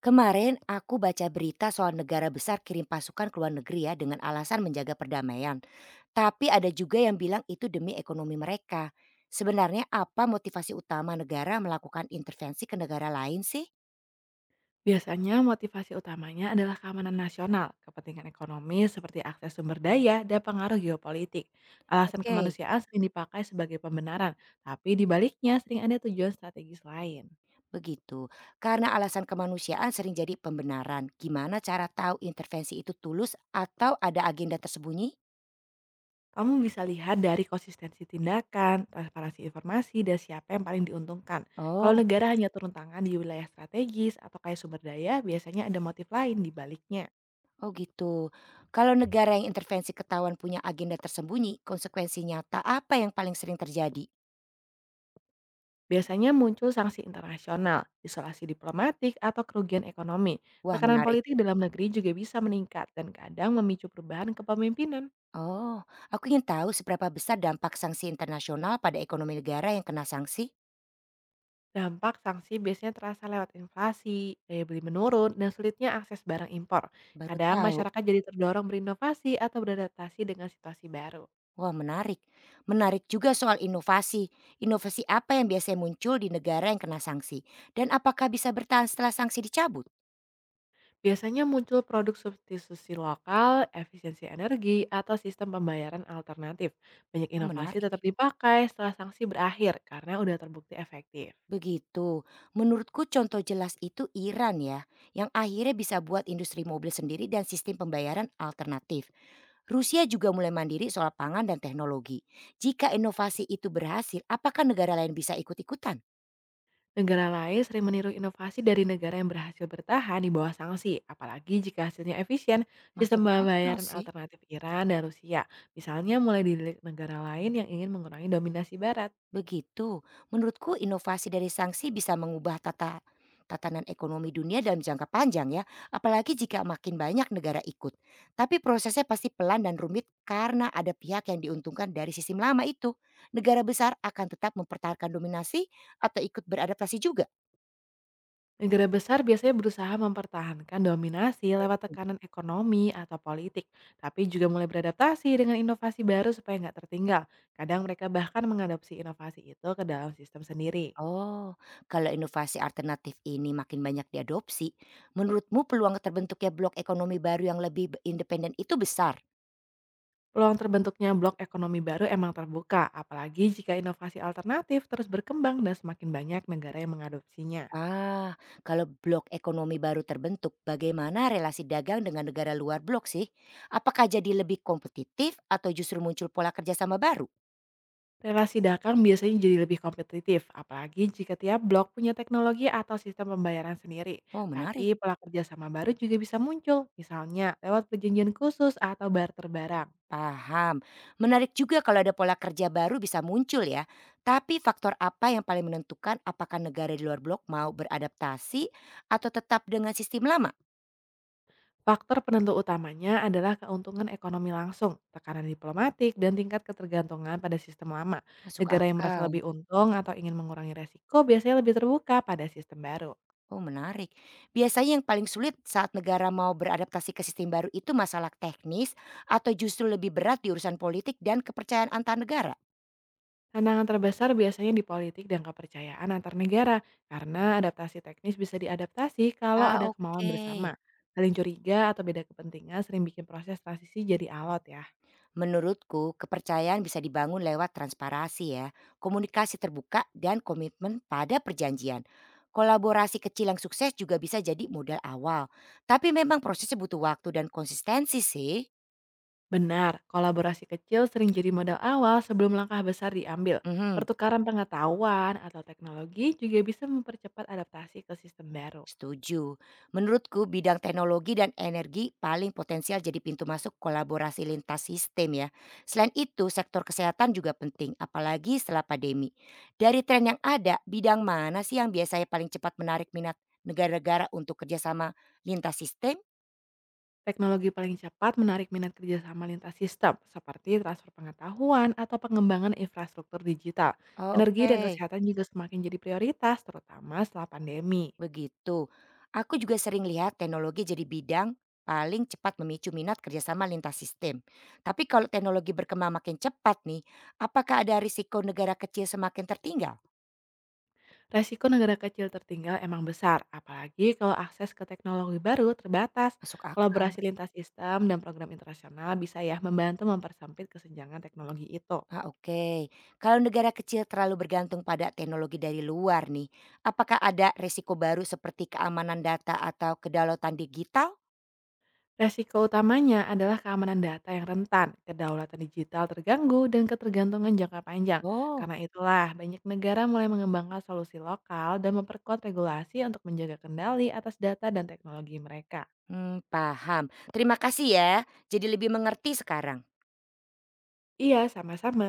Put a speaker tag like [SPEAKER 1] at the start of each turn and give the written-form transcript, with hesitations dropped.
[SPEAKER 1] Kemarin aku baca berita soal negara besar kirim pasukan ke luar negeri ya dengan alasan menjaga perdamaian. Tapi ada juga yang bilang itu demi ekonomi mereka. Sebenarnya apa motivasi utama negara melakukan intervensi ke negara lain sih?
[SPEAKER 2] Biasanya motivasi utamanya adalah keamanan nasional, kepentingan ekonomi seperti akses sumber daya dan pengaruh geopolitik. Alasan
[SPEAKER 1] Oke,
[SPEAKER 2] kemanusiaan sering dipakai sebagai pembenaran, tapi di baliknya sering ada tujuan strategis lain.
[SPEAKER 1] begitu. Karena alasan kemanusiaan sering jadi pembenaran. Gimana cara tahu intervensi itu tulus atau ada agenda tersembunyi?
[SPEAKER 2] Kamu bisa lihat dari konsistensi tindakan, transparansi informasi, dan siapa yang paling diuntungkan. Kalau
[SPEAKER 1] Oh,
[SPEAKER 2] negara hanya turun tangan di wilayah strategis atau kaya sumber daya, biasanya ada motif lain di baliknya.
[SPEAKER 1] oh gitu. Kalau negara yang intervensi ketahuan punya agenda tersembunyi, konsekuensi nyata apa yang paling sering terjadi?
[SPEAKER 2] Biasanya muncul sanksi internasional, isolasi diplomatik, atau kerugian ekonomi.
[SPEAKER 1] Wah
[SPEAKER 2] Tekanan
[SPEAKER 1] menarik.
[SPEAKER 2] politik dalam negeri juga bisa meningkat dan kadang memicu perubahan kepemimpinan.
[SPEAKER 1] Oh, aku ingin tahu seberapa besar dampak sanksi internasional pada ekonomi negara yang kena sanksi?
[SPEAKER 2] Dampak sanksi biasanya terasa lewat inflasi, daya beli menurun, dan sulitnya akses barang impor.
[SPEAKER 1] Baru
[SPEAKER 2] Kadang
[SPEAKER 1] tahu.
[SPEAKER 2] masyarakat jadi terdorong berinovasi atau beradaptasi dengan situasi baru.
[SPEAKER 1] Wah menarik. Menarik juga soal inovasi. Inovasi apa yang biasanya muncul di negara yang kena sanksi? Dan apakah bisa bertahan setelah sanksi dicabut?
[SPEAKER 2] Biasanya muncul produk substitusi lokal, efisiensi energi, atau sistem pembayaran alternatif. Banyak
[SPEAKER 1] Oh
[SPEAKER 2] inovasi tetap
[SPEAKER 1] menarik.
[SPEAKER 2] dipakai setelah sanksi berakhir karena udah terbukti efektif.
[SPEAKER 1] Begitu. Menurutku contoh jelas itu Iran ya, yang akhirnya bisa buat industri mobil sendiri dan sistem pembayaran alternatif. Rusia juga mulai mandiri soal pangan dan teknologi. Jika inovasi itu berhasil, apakah negara lain bisa ikut-ikutan?
[SPEAKER 2] Negara lain sering meniru inovasi dari negara yang berhasil bertahan di bawah sanksi, apalagi jika hasilnya efisien. Sistem
[SPEAKER 1] Masuk akal
[SPEAKER 2] pembayaran
[SPEAKER 1] sih.
[SPEAKER 2] alternatif Iran dan Rusia, misalnya mulai dilirik negara lain yang ingin mengurangi dominasi Barat.
[SPEAKER 1] Begitu. Menurutku inovasi dari sanksi bisa mengubah tatanan ekonomi dunia dalam jangka panjang ya, apalagi jika makin banyak negara ikut. Tapi prosesnya pasti pelan dan rumit karena ada pihak yang diuntungkan dari sistem lama itu. Negara besar akan tetap mempertahankan dominasi atau ikut beradaptasi juga.
[SPEAKER 2] Negara besar biasanya berusaha mempertahankan dominasi lewat tekanan ekonomi atau politik, tapi juga mulai beradaptasi dengan inovasi baru supaya nggak tertinggal. Kadang mereka bahkan mengadopsi inovasi itu ke dalam sistem sendiri.
[SPEAKER 1] Oh, kalau inovasi alternatif ini makin banyak diadopsi, menurutmu peluang terbentuknya blok ekonomi baru yang lebih independen itu besar?
[SPEAKER 2] Peluang terbentuknya blok ekonomi baru emang terbuka, apalagi jika inovasi alternatif terus berkembang dan semakin banyak negara yang mengadopsinya.
[SPEAKER 1] Ah, kalau blok ekonomi baru terbentuk, bagaimana relasi dagang dengan negara luar blok sih? Apakah jadi lebih kompetitif atau justru muncul pola kerjasama baru?
[SPEAKER 2] Relasi dagang biasanya jadi lebih kompetitif, apalagi jika tiap blok punya teknologi atau sistem pembayaran sendiri.
[SPEAKER 1] Oh,
[SPEAKER 2] Tapi
[SPEAKER 1] menarik.
[SPEAKER 2] pola kerjasama baru juga bisa muncul, misalnya lewat perjanjian khusus atau barter barang.
[SPEAKER 1] Paham. Menarik juga kalau ada pola kerja baru bisa muncul ya. Tapi faktor apa yang paling menentukan apakah negara di luar blok mau beradaptasi atau tetap dengan sistem lama?
[SPEAKER 2] Faktor penentu utamanya adalah keuntungan ekonomi langsung, tekanan diplomatik, dan tingkat ketergantungan pada sistem lama.
[SPEAKER 1] Masuk
[SPEAKER 2] Negara yang merasa
[SPEAKER 1] akal.
[SPEAKER 2] lebih untung atau ingin mengurangi resiko biasanya lebih terbuka pada sistem baru.
[SPEAKER 1] Oh menarik. Biasanya yang paling sulit saat negara mau beradaptasi ke sistem baru itu masalah teknis atau justru lebih berat di urusan politik dan kepercayaan antar negara?
[SPEAKER 2] Tantangan terbesar biasanya di politik dan kepercayaan antar negara, karena adaptasi teknis bisa diadaptasi kalau
[SPEAKER 1] Ah,
[SPEAKER 2] ada kemauan
[SPEAKER 1] oke.
[SPEAKER 2] bersama. Saling curiga atau beda kepentingan sering bikin proses transisi jadi alot ya.
[SPEAKER 1] Menurutku, kepercayaan bisa dibangun lewat transparansi ya, komunikasi terbuka dan komitmen pada perjanjian. Kolaborasi kecil yang sukses juga bisa jadi modal awal. Tapi memang prosesnya butuh waktu dan konsistensi sih.
[SPEAKER 2] Benar, kolaborasi kecil sering jadi modal awal sebelum langkah besar diambil.
[SPEAKER 1] Mhm.
[SPEAKER 2] Pertukaran pengetahuan atau teknologi juga bisa mempercepat adaptasi ke sistem baru.
[SPEAKER 1] Setuju. Menurutku bidang teknologi dan energi paling potensial jadi pintu masuk kolaborasi lintas sistem ya. Selain itu sektor kesehatan juga penting apalagi setelah pandemi. Dari tren yang ada, bidang mana sih yang biasanya paling cepat menarik minat negara-negara untuk kerjasama lintas sistem?
[SPEAKER 2] Teknologi paling cepat menarik minat kerjasama lintas sistem, seperti transfer pengetahuan atau pengembangan infrastruktur digital.
[SPEAKER 1] Oh,
[SPEAKER 2] Energi dan
[SPEAKER 1] oke.
[SPEAKER 2] kesehatan juga semakin jadi prioritas, terutama setelah pandemi.
[SPEAKER 1] Begitu. Aku juga sering lihat teknologi jadi bidang paling cepat memicu minat kerjasama lintas sistem. Tapi kalau teknologi berkembang makin cepat nih, apakah ada risiko negara kecil semakin tertinggal?
[SPEAKER 2] Resiko negara kecil tertinggal emang besar, apalagi kalau akses ke teknologi baru terbatas.
[SPEAKER 1] Masuk akal.
[SPEAKER 2] Kolaborasi lintas sistem dan program internasional bisa ya membantu mempersempit kesenjangan teknologi itu.
[SPEAKER 1] Ah, oke, kalau negara kecil terlalu bergantung pada teknologi dari luar nih, apakah ada risiko baru seperti keamanan data atau kedaulatan digital?
[SPEAKER 2] Resiko utamanya adalah keamanan data yang rentan, kedaulatan digital terganggu, dan ketergantungan jangka panjang.
[SPEAKER 1] Oh,
[SPEAKER 2] Karena itulah, banyak negara mulai mengembangkan solusi lokal dan memperkuat regulasi untuk menjaga kendali atas data dan teknologi mereka.
[SPEAKER 1] hmm, paham. Terima kasih ya. Jadi lebih mengerti sekarang.
[SPEAKER 2] Iya, sama-sama.